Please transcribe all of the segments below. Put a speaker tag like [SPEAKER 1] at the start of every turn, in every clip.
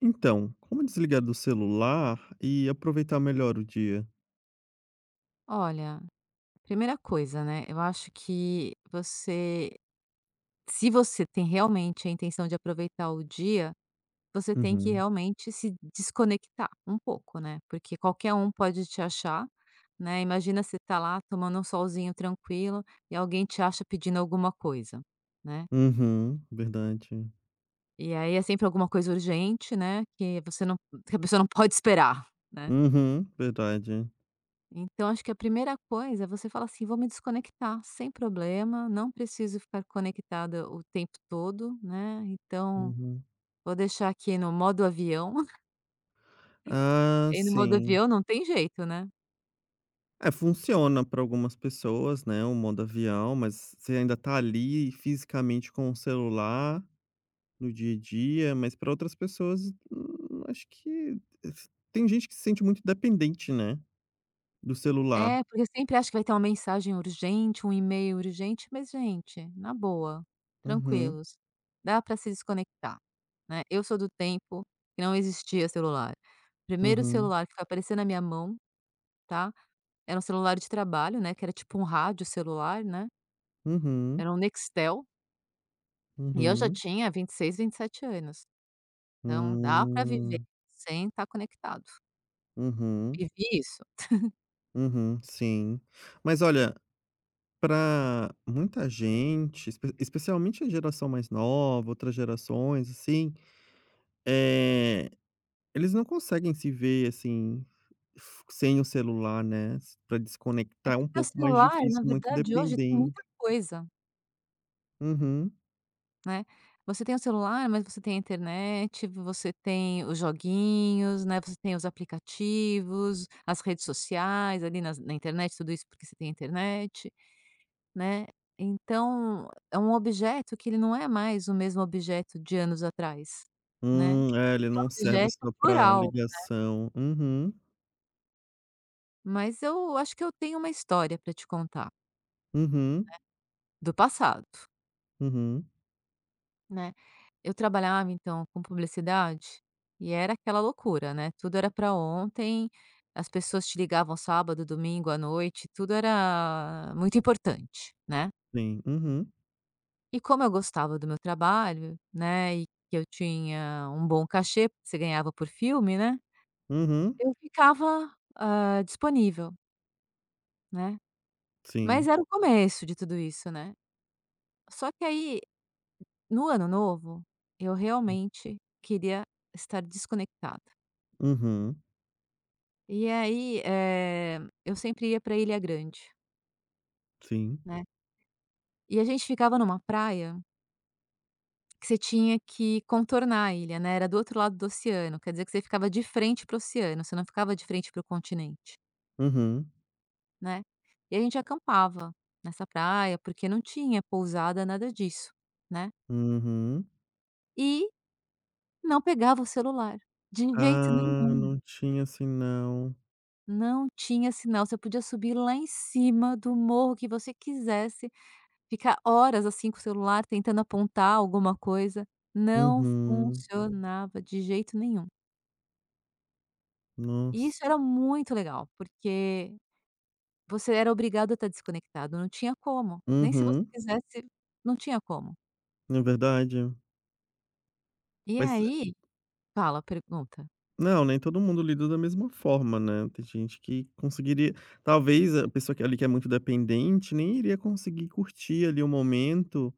[SPEAKER 1] Então, como desligar do celular e aproveitar melhor o dia?
[SPEAKER 2] Olha, primeira coisa, né, eu acho que você se você tem realmente a intenção de aproveitar o dia, você tem que
[SPEAKER 1] Uhum.
[SPEAKER 2] realmente se desconectar um pouco, né, porque qualquer um pode te achar, né, imagina você tá lá tomando um solzinho tranquilo e alguém te acha pedindo alguma coisa, né,
[SPEAKER 1] Uhum, verdade.
[SPEAKER 2] e aí é sempre alguma coisa urgente, né, que a pessoa não pode esperar, né.
[SPEAKER 1] Uhum, verdade.
[SPEAKER 2] Então, acho que a primeira coisa é você falar assim: vou me desconectar sem problema, não preciso ficar conectada o tempo todo, né? Então,
[SPEAKER 1] Uhum.
[SPEAKER 2] vou deixar aqui no modo avião.
[SPEAKER 1] Ah,
[SPEAKER 2] E no modo
[SPEAKER 1] sim.
[SPEAKER 2] avião não tem jeito, né?
[SPEAKER 1] É, funciona para algumas pessoas, né, o modo avião, mas você ainda tá ali fisicamente com o celular no dia a dia, mas para outras pessoas, acho que tem gente que se sente muito dependente, né, do celular.
[SPEAKER 2] É, porque eu sempre acho que vai ter uma mensagem urgente, um e-mail urgente, mas, gente, na boa,
[SPEAKER 1] Uhum,
[SPEAKER 2] tranquilos, dá para se desconectar, né? Eu sou do tempo que não existia celular. O primeiro
[SPEAKER 1] uhum,
[SPEAKER 2] celular que foi aparecer na minha mão, tá? Era um celular de trabalho, né? Que era tipo um rádio celular, né?
[SPEAKER 1] uhum,
[SPEAKER 2] Era um Nextel, e eu já
[SPEAKER 1] uhum.
[SPEAKER 2] tinha vinte e seis, 27 anos. Então dá para viver
[SPEAKER 1] Hum.
[SPEAKER 2] sem estar conectado.
[SPEAKER 1] Uhum,
[SPEAKER 2] Vivi isso.
[SPEAKER 1] uhum, sim. Mas olha, para muita gente, especialmente a geração mais nova, outras gerações, assim, é eles não conseguem se ver, assim, f sem o celular, né, para
[SPEAKER 2] É
[SPEAKER 1] desconectar é um
[SPEAKER 2] porque o
[SPEAKER 1] pouco mais
[SPEAKER 2] celular,
[SPEAKER 1] difícil,
[SPEAKER 2] na
[SPEAKER 1] muito
[SPEAKER 2] verdade, hoje tem muita
[SPEAKER 1] dependente.
[SPEAKER 2] coisa,
[SPEAKER 1] Uhum.
[SPEAKER 2] né. Você tem o celular, mas você tem a internet, você tem os joguinhos, né, você tem os aplicativos, as redes sociais ali nas na internet, tudo isso porque você tem internet, né. Então é um objeto que ele não é mais o mesmo objeto de anos atrás, né.
[SPEAKER 1] É, ele
[SPEAKER 2] É um
[SPEAKER 1] não serve
[SPEAKER 2] objeto
[SPEAKER 1] só para
[SPEAKER 2] plural.
[SPEAKER 1] ligação. Uhum,
[SPEAKER 2] Mas eu acho que eu tenho uma história para te contar,
[SPEAKER 1] uhum,
[SPEAKER 2] do passado,
[SPEAKER 1] uhum,
[SPEAKER 2] né. Eu trabalhava então com publicidade, e era aquela loucura, né, tudo era para ontem, as pessoas te ligavam sábado, domingo à noite, tudo era muito importante, né.
[SPEAKER 1] sim, uhum,
[SPEAKER 2] E como eu gostava do meu trabalho, né, e que eu tinha um bom cachê, porque você ganhava por filme, né,
[SPEAKER 1] uhum,
[SPEAKER 2] eu ficava, disponível, né. Mas
[SPEAKER 1] sim,
[SPEAKER 2] era o começo de tudo isso, né. Só que aí no ano novo, eu realmente queria estar desconectada.
[SPEAKER 1] uhum,
[SPEAKER 2] E aí, eu sempre ia para Ilha Grande,
[SPEAKER 1] sim,
[SPEAKER 2] né. E a gente ficava numa praia que você tinha que contornar a ilha, né, era do outro lado do oceano, quer dizer que você ficava de frente para o oceano, você não ficava de frente para o continente,
[SPEAKER 1] uhum.
[SPEAKER 2] né. E a gente acampava nessa praia, porque não tinha pousada, nada disso, né.
[SPEAKER 1] Uhum.
[SPEAKER 2] E não pegava o celular, de jeito
[SPEAKER 1] Ah,
[SPEAKER 2] nenhum.
[SPEAKER 1] não tinha assim não.
[SPEAKER 2] Não tinha sinal, você podia subir lá em cima do morro que você quisesse, ficar horas, assim, com o celular tentando apontar alguma coisa, não
[SPEAKER 1] Uhum.
[SPEAKER 2] funcionava de jeito nenhum. E isso
[SPEAKER 1] Nossa.
[SPEAKER 2] era muito legal, porque você era obrigado a estar desconectado, não tinha como, nem se você
[SPEAKER 1] Uhum.
[SPEAKER 2] quisesse, não tinha como.
[SPEAKER 1] É verdade.
[SPEAKER 2] E
[SPEAKER 1] Mas
[SPEAKER 2] aí fala, pergunta.
[SPEAKER 1] não, nem todo mundo lida da mesma forma, né. Tem gente que conseguiria talvez a pessoa que ali que é muito dependente nem iria conseguir curtir ali o momento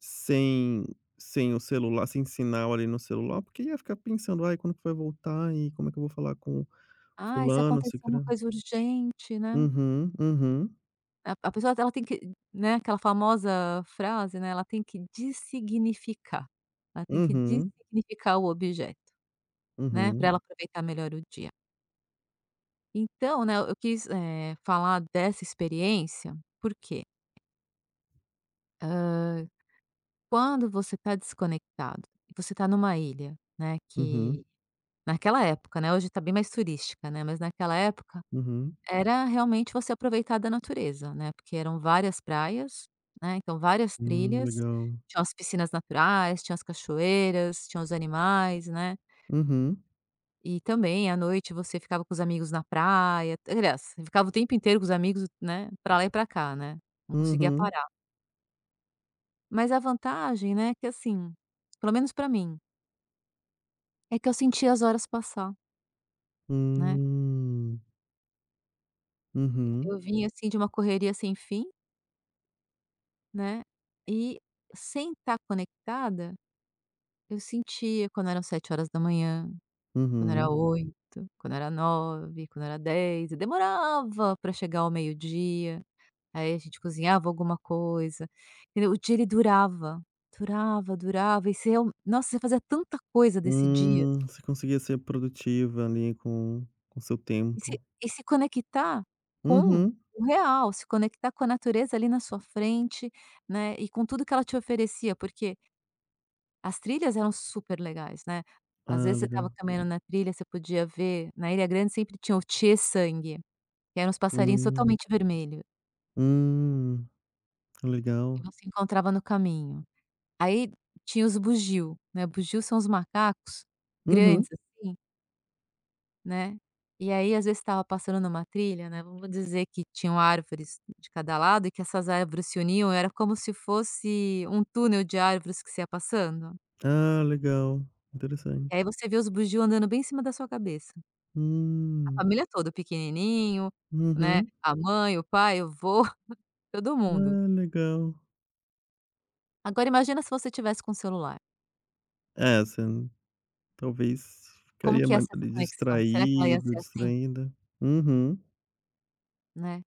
[SPEAKER 1] sem sem o celular, sem sinal ali no celular, porque ia ficar pensando: "Ai, quando que vai voltar e como é que eu vou falar com
[SPEAKER 2] "Ah, se
[SPEAKER 1] fulano,
[SPEAKER 2] acontecer uma
[SPEAKER 1] cicrano".
[SPEAKER 2] coisa urgente, né?"
[SPEAKER 1] Uhum, uhum,
[SPEAKER 2] A pessoa, ela tem que, né, aquela famosa frase, né, ela tem que dessignificar, ela tem que
[SPEAKER 1] uhum,
[SPEAKER 2] dessignificar o objeto, né, para
[SPEAKER 1] uhum,
[SPEAKER 2] ela aproveitar melhor o dia. Então, né, eu quis, falar dessa experiência, porque quê? Quando você está desconectado, você está numa ilha, né, que
[SPEAKER 1] uhum,
[SPEAKER 2] naquela época, né, hoje está bem mais turística, né, mas naquela época
[SPEAKER 1] uhum.
[SPEAKER 2] era realmente você aproveitar da natureza, né, porque eram várias praias, né, então várias trilhas,
[SPEAKER 1] Legal.
[SPEAKER 2] tinham as piscinas naturais, tinha as cachoeiras, tinha os animais, né,
[SPEAKER 1] Uhum,
[SPEAKER 2] e também à noite você ficava com os amigos na praia, aliás, você ficava o tempo inteiro com os amigos, né, pra lá e pra cá, né, não conseguia
[SPEAKER 1] uhum,
[SPEAKER 2] parar. Mas a vantagem, né, que assim, pelo menos pra mim, é que eu sentia as horas passar, né,
[SPEAKER 1] hum, uhum,
[SPEAKER 2] eu vinha assim de uma correria sem fim, né, e sem estar conectada. Eu sentia quando eram 7 horas da manhã, quando era
[SPEAKER 1] uhum,
[SPEAKER 2] 8, quando era nove, quando era 10, e demorava para chegar ao meio-dia, aí a gente cozinhava alguma coisa, entendeu. O dia ele durava, durava, durava, e você real nossa, você fazia tanta coisa desse dia,
[SPEAKER 1] você conseguia ser produtiva ali com seu
[SPEAKER 2] e se
[SPEAKER 1] tempo.
[SPEAKER 2] e se conectar com
[SPEAKER 1] Uhum.
[SPEAKER 2] o real, se conectar com a natureza ali na sua frente, né, e com tudo que ela te oferecia, porque as trilhas eram super legais, né. Às
[SPEAKER 1] Ah,
[SPEAKER 2] vezes você estava
[SPEAKER 1] legal.
[SPEAKER 2] caminhando na trilha, você podia ver, na Ilha Grande sempre tinha o tchê-sangue, que eram os passarinhos
[SPEAKER 1] Hum,
[SPEAKER 2] totalmente vermelhos
[SPEAKER 1] hum,
[SPEAKER 2] que
[SPEAKER 1] legal.
[SPEAKER 2] você encontrava no caminho. Aí tinha os bugio, né, bugio são os macacos
[SPEAKER 1] Uhum.
[SPEAKER 2] grandes, assim, né. E aí às vezes estava passando numa trilha, né, vamos dizer que tinham árvores de cada lado e que essas árvores se uniam, era como se fosse um túnel de árvores que você ia passando.
[SPEAKER 1] Ah, legal,
[SPEAKER 2] E aí
[SPEAKER 1] interessante.
[SPEAKER 2] você vê os bugio andando bem em cima da sua cabeça.
[SPEAKER 1] Hum,
[SPEAKER 2] Família toda, o pequenininho, né,
[SPEAKER 1] uhum.
[SPEAKER 2] a mãe, o pai, o vô, todo mundo.
[SPEAKER 1] Ah, legal.
[SPEAKER 2] Agora imagina se você tivesse com o celular,
[SPEAKER 1] É, você talvez
[SPEAKER 2] como
[SPEAKER 1] ficaria
[SPEAKER 2] que ia
[SPEAKER 1] mais
[SPEAKER 2] ser essa
[SPEAKER 1] ali
[SPEAKER 2] conexão? Será que ela ia
[SPEAKER 1] distraído,
[SPEAKER 2] ser assim,
[SPEAKER 1] distraída. Uhum,
[SPEAKER 2] né?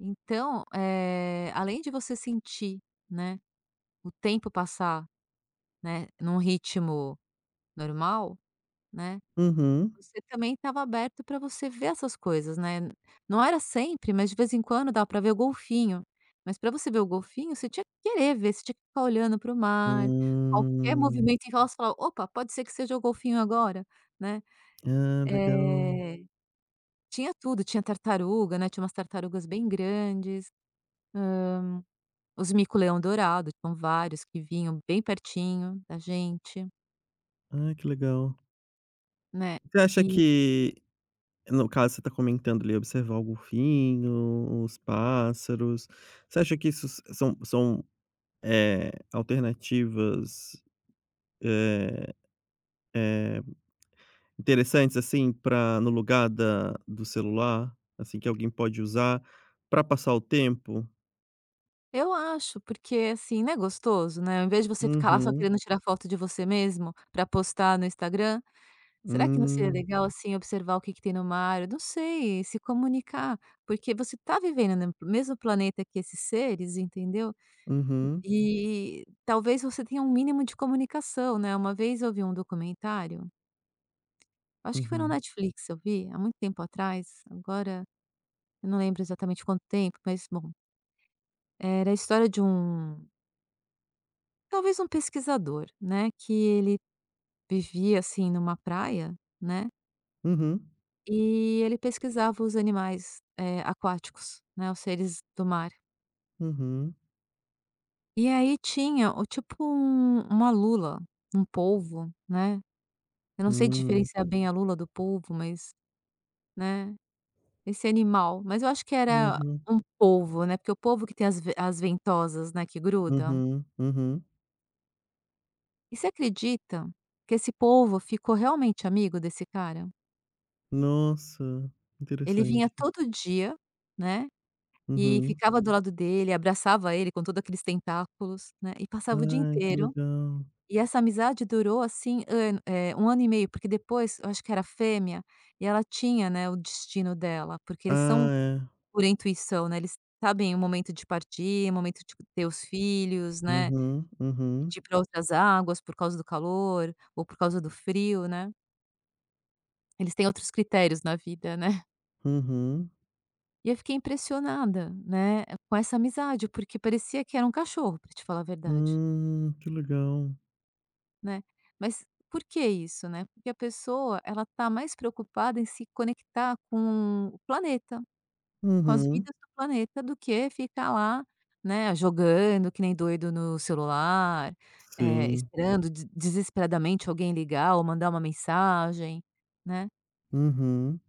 [SPEAKER 2] Então, além de você sentir, né, o tempo passar, né, num ritmo normal, né.
[SPEAKER 1] uhum.
[SPEAKER 2] Você também estava aberto para você ver essas coisas, né. Não era sempre, mas de vez em quando dava para ver o golfinho, mas para você ver o golfinho, você tinha que querer ver, você tinha que ficar olhando para o mar, qualquer
[SPEAKER 1] Hum.
[SPEAKER 2] movimento em rocha, falava: "Opa, pode ser que seja o golfinho agora", né.
[SPEAKER 1] Ah, legal.
[SPEAKER 2] Eh, Tinha tudo, tinha tartaruga, né, tinha umas tartarugas bem grandes, os mico-leão dourado, tinham vários que vinham bem pertinho da gente,
[SPEAKER 1] Ah, que legal.
[SPEAKER 2] né.
[SPEAKER 1] Você acha que, no caso você está comentando ali, observar o golfinho, os pássaros, você acha que isso são, alternativas, eh eh, interessantes, assim, para no lugar da do celular, assim, que alguém pode usar para passar o tempo?
[SPEAKER 2] Eu acho, porque, assim, não é gostoso, né, ao invés de você ficar lá só
[SPEAKER 1] Uhum.
[SPEAKER 2] querendo tirar foto de você mesmo pra postar no Instagram, será que não seria
[SPEAKER 1] Hum.
[SPEAKER 2] legal, assim, observar o que que tem no mar? Eu não sei, se comunicar, porque você tá vivendo no mesmo planeta que esses seres, entendeu,
[SPEAKER 1] Uhum.
[SPEAKER 2] e talvez você tenha um mínimo de comunicação, né. Uma vez eu vi um documentário, acho que foi no
[SPEAKER 1] Uhum.
[SPEAKER 2] Netflix eu vi, há muito tempo atrás, agora eu não lembro exatamente quanto tempo, mas bom, era a história de um talvez um pesquisador, né, que ele vivia, assim, numa praia, né,
[SPEAKER 1] Uhum.
[SPEAKER 2] e ele pesquisava os animais, aquáticos, né, os seres do mar.
[SPEAKER 1] Uhum.
[SPEAKER 2] E aí tinha o tipo uma lula, um polvo, né, eu não sei
[SPEAKER 1] Hum.
[SPEAKER 2] diferenciar bem a lula do polvo, mas, né, esse animal, mas eu acho que era
[SPEAKER 1] Uhum.
[SPEAKER 2] um polvo, né, porque o polvo que tem as ventosas, né, que grudam.
[SPEAKER 1] Uhum. Uhum.
[SPEAKER 2] E você acredita que esse polvo ficou realmente amigo desse cara?
[SPEAKER 1] Nossa,
[SPEAKER 2] Ele vinha
[SPEAKER 1] interessante.
[SPEAKER 2] todo dia, né, e
[SPEAKER 1] Uhum.
[SPEAKER 2] ficava do lado dele, abraçava ele com todos aqueles tentáculos, né, e passava o dia
[SPEAKER 1] Ai, que
[SPEAKER 2] inteiro.
[SPEAKER 1] legal.
[SPEAKER 2] E essa amizade durou, assim, um ano e meio, porque depois eu acho que era fêmea, e ela tinha, né, o destino dela, porque eles
[SPEAKER 1] Ah,
[SPEAKER 2] são
[SPEAKER 1] é.
[SPEAKER 2] por intuição, né, eles sabem o momento de partir, o momento de ter os filhos, né,
[SPEAKER 1] Uhum, uhum,
[SPEAKER 2] de ir pra outras águas por causa do calor ou por causa do frio, né. Eles têm outros critérios na vida, né.
[SPEAKER 1] uhum.
[SPEAKER 2] E eu fiquei impressionada, né, com essa amizade, porque parecia que era um cachorro, para te falar a verdade,
[SPEAKER 1] Que legal.
[SPEAKER 2] né. Mas por que isso, né? Porque a pessoa, ela tá mais preocupada em se conectar com o planeta, com as
[SPEAKER 1] Uhum.
[SPEAKER 2] vidas do planeta, do que ficar lá, né, jogando que nem doido no celular,
[SPEAKER 1] Sim.
[SPEAKER 2] esperando de desesperadamente alguém ligar ou mandar uma mensagem, né.
[SPEAKER 1] Uhum.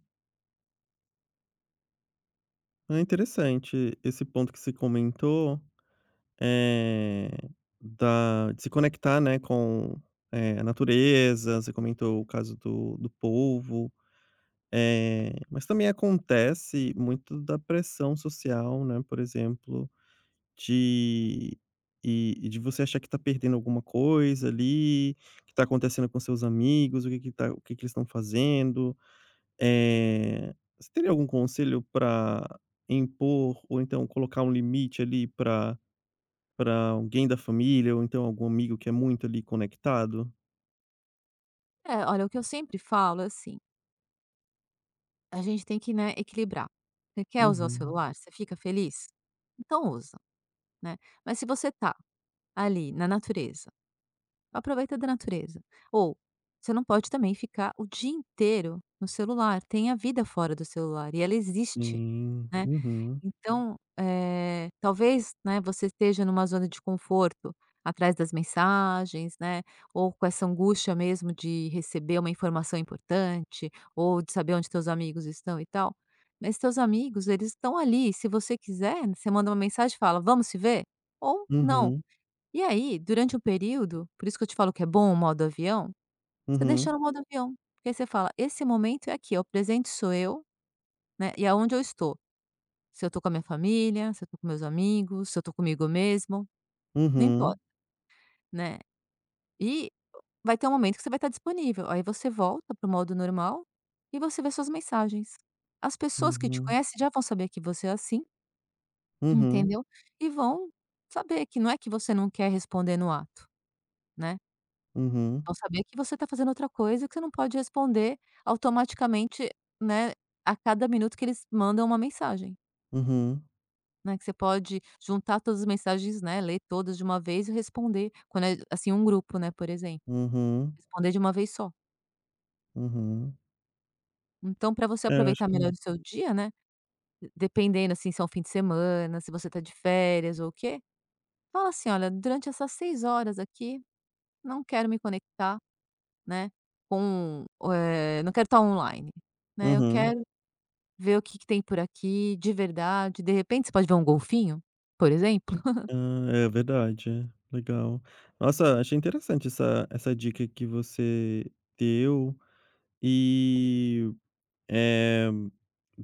[SPEAKER 1] É interessante esse ponto que se comentou, é da de se conectar, né, com, a natureza, você comentou o caso do polvo, mas também acontece muito da pressão social, né, por exemplo De e de você achar que tá perdendo alguma coisa ali, que tá acontecendo com seus amigos, o que que eles estão fazendo. Você teria algum conselho para impor ou então colocar um limite ali para alguém da família ou então algum amigo que é muito ali conectado?
[SPEAKER 2] É, olha, o que eu sempre falo é assim. A gente tem que, né, equilibrar. Você quer usar o
[SPEAKER 1] Uhum,
[SPEAKER 2] celular? Você fica feliz? Então usa, né. Mas se você tá ali na natureza, aproveita da natureza. Ou você não pode também ficar o dia inteiro no celular, tem a vida fora do celular e ela existe,
[SPEAKER 1] sim.
[SPEAKER 2] né.
[SPEAKER 1] Uhum.
[SPEAKER 2] Então, talvez, né, você esteja numa zona de conforto, atrás das mensagens, né, ou com essa angústia mesmo de receber uma informação importante, ou de saber onde teus amigos estão e tal, mas teus amigos, eles estão ali, se você quiser, você manda uma mensagem e fala: "Vamos se ver?" Ou não.
[SPEAKER 1] Uhum.
[SPEAKER 2] E aí, durante um período, por isso que eu te falo que é bom o modo avião, você deixa
[SPEAKER 1] Uhum.
[SPEAKER 2] no modo avião, porque aí você fala: "Esse momento é aqui, ó, o presente sou eu, né, e aonde eu estou". Se eu tô com a minha família, se eu tô com meus amigos, se eu tô comigo mesmo, não
[SPEAKER 1] Uhum.
[SPEAKER 2] importa, né. E vai ter um momento que você vai estar disponível, aí você volta pro modo normal e você vê suas mensagens. As pessoas que te
[SPEAKER 1] Uhum.
[SPEAKER 2] conhecem já vão saber que você é assim,
[SPEAKER 1] Uhum.
[SPEAKER 2] entendeu, e vão saber que não é que você não quer responder no ato, né,
[SPEAKER 1] Uhum.
[SPEAKER 2] vão saber que você tá fazendo outra coisa, que você não pode responder automaticamente, né, a cada minuto que eles mandam uma mensagem.
[SPEAKER 1] Uhum.
[SPEAKER 2] Né, que você pode juntar todas as mensagens, né, ler todas de uma vez e responder, quando é, assim, um grupo, né, por exemplo,
[SPEAKER 1] Uhum.
[SPEAKER 2] responder de uma vez só.
[SPEAKER 1] Uhum.
[SPEAKER 2] Então para você
[SPEAKER 1] É, eu acho
[SPEAKER 2] aproveitar
[SPEAKER 1] que
[SPEAKER 2] melhor o seu dia, né, dependendo, assim, se é um fim de semana, se você tá de férias ou o quê, fala assim: "Olha, durante essas 6 horas aqui, não quero me conectar, né, com, não quero estar online, né, eu
[SPEAKER 1] Uhum.
[SPEAKER 2] quero ver o que que tem por aqui de verdade", de repente você pode ver um golfinho, por exemplo.
[SPEAKER 1] Ah, é verdade, é. Legal. Nossa, achei interessante essa dica que você deu e, eh,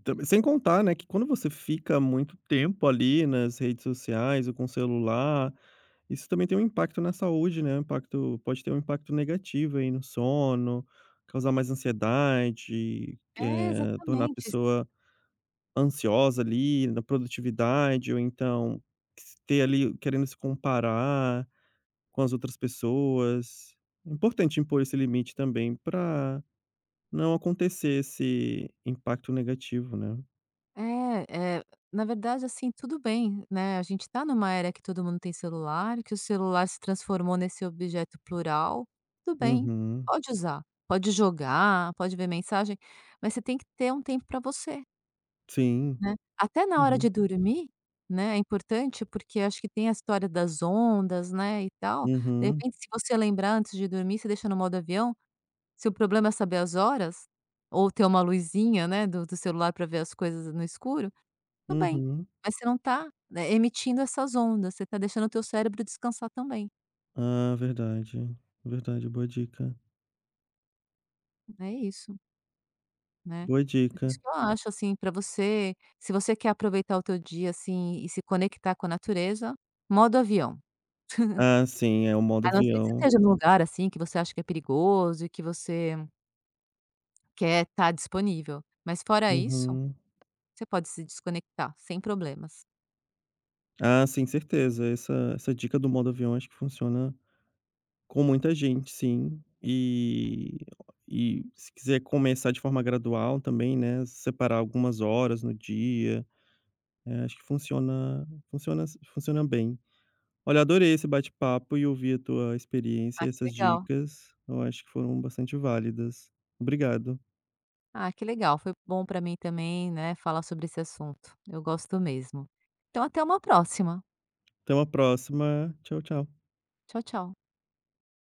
[SPEAKER 1] tam sem contar, né, que quando você fica muito tempo ali nas redes sociais ou com o celular, isso também tem um impacto na saúde, né, um impacto pode ter um impacto negativo aí no sono, causar mais ansiedade,
[SPEAKER 2] É,
[SPEAKER 1] tornar a
[SPEAKER 2] exatamente.
[SPEAKER 1] pessoa ansiosa ali na produtividade ou então s ter ali querendo se comparar com as outras pessoas. É importante impor esse limite também para não acontecer esse impacto negativo, né.
[SPEAKER 2] É, é na verdade, assim, tudo bem, né, a gente tá numa era que todo mundo tem celular, que o celular se transformou nesse objeto plural, tudo bem,
[SPEAKER 1] Uhum.
[SPEAKER 2] pode usar, pode jogar, pode ver mensagem, mas você tem que ter um tempo para você,
[SPEAKER 1] Sim.
[SPEAKER 2] né. Até na hora de
[SPEAKER 1] Uhum.
[SPEAKER 2] dormir, né, é importante, porque acho que tem a história das ondas, né, e tal. De
[SPEAKER 1] Uhum.
[SPEAKER 2] repente, se você lembrar antes de dormir, você deixa no modo avião, se o problema é saber as horas, ou ter uma luzinha, né, do celular para ver as coisas no escuro, tudo bem,
[SPEAKER 1] Uhum.
[SPEAKER 2] mas você não tá, né, emitindo essas ondas, você está deixando o teu cérebro descansar também,
[SPEAKER 1] Ah, verdade. Verdade, boa dica.
[SPEAKER 2] é isso, né.
[SPEAKER 1] Boa
[SPEAKER 2] Por isso
[SPEAKER 1] dica.
[SPEAKER 2] que eu acho, assim, para você se você quer aproveitar o teu dia, assim, e se conectar com a natureza, modo avião.
[SPEAKER 1] Ah, sim, é o modo
[SPEAKER 2] A não ser que você
[SPEAKER 1] avião.
[SPEAKER 2] esteja num lugar, assim, que você acha que é perigoso e que você quer estar disponível, mas fora isso,
[SPEAKER 1] Uhum.
[SPEAKER 2] você pode se desconectar sem problemas.
[SPEAKER 1] Ah, sim, certeza. Essa dica do modo avião acho que funciona com muita gente, sim. E se quiser começar de forma gradual também, né, separar algumas horas no dia, acho que funciona funciona funciona bem. Olha, adorei esse bate-papo e ouvir a tua experiência
[SPEAKER 2] Ah, que
[SPEAKER 1] essas
[SPEAKER 2] legal.
[SPEAKER 1] dicas, eu acho que foram bastante válidas. Obrigado.
[SPEAKER 2] Ah, que legal, foi bom para mim também, né, falar sobre esse assunto, eu gosto mesmo. Então até uma próxima.
[SPEAKER 1] Até uma próxima. Tchau, tchau.
[SPEAKER 2] Tchau, tchau.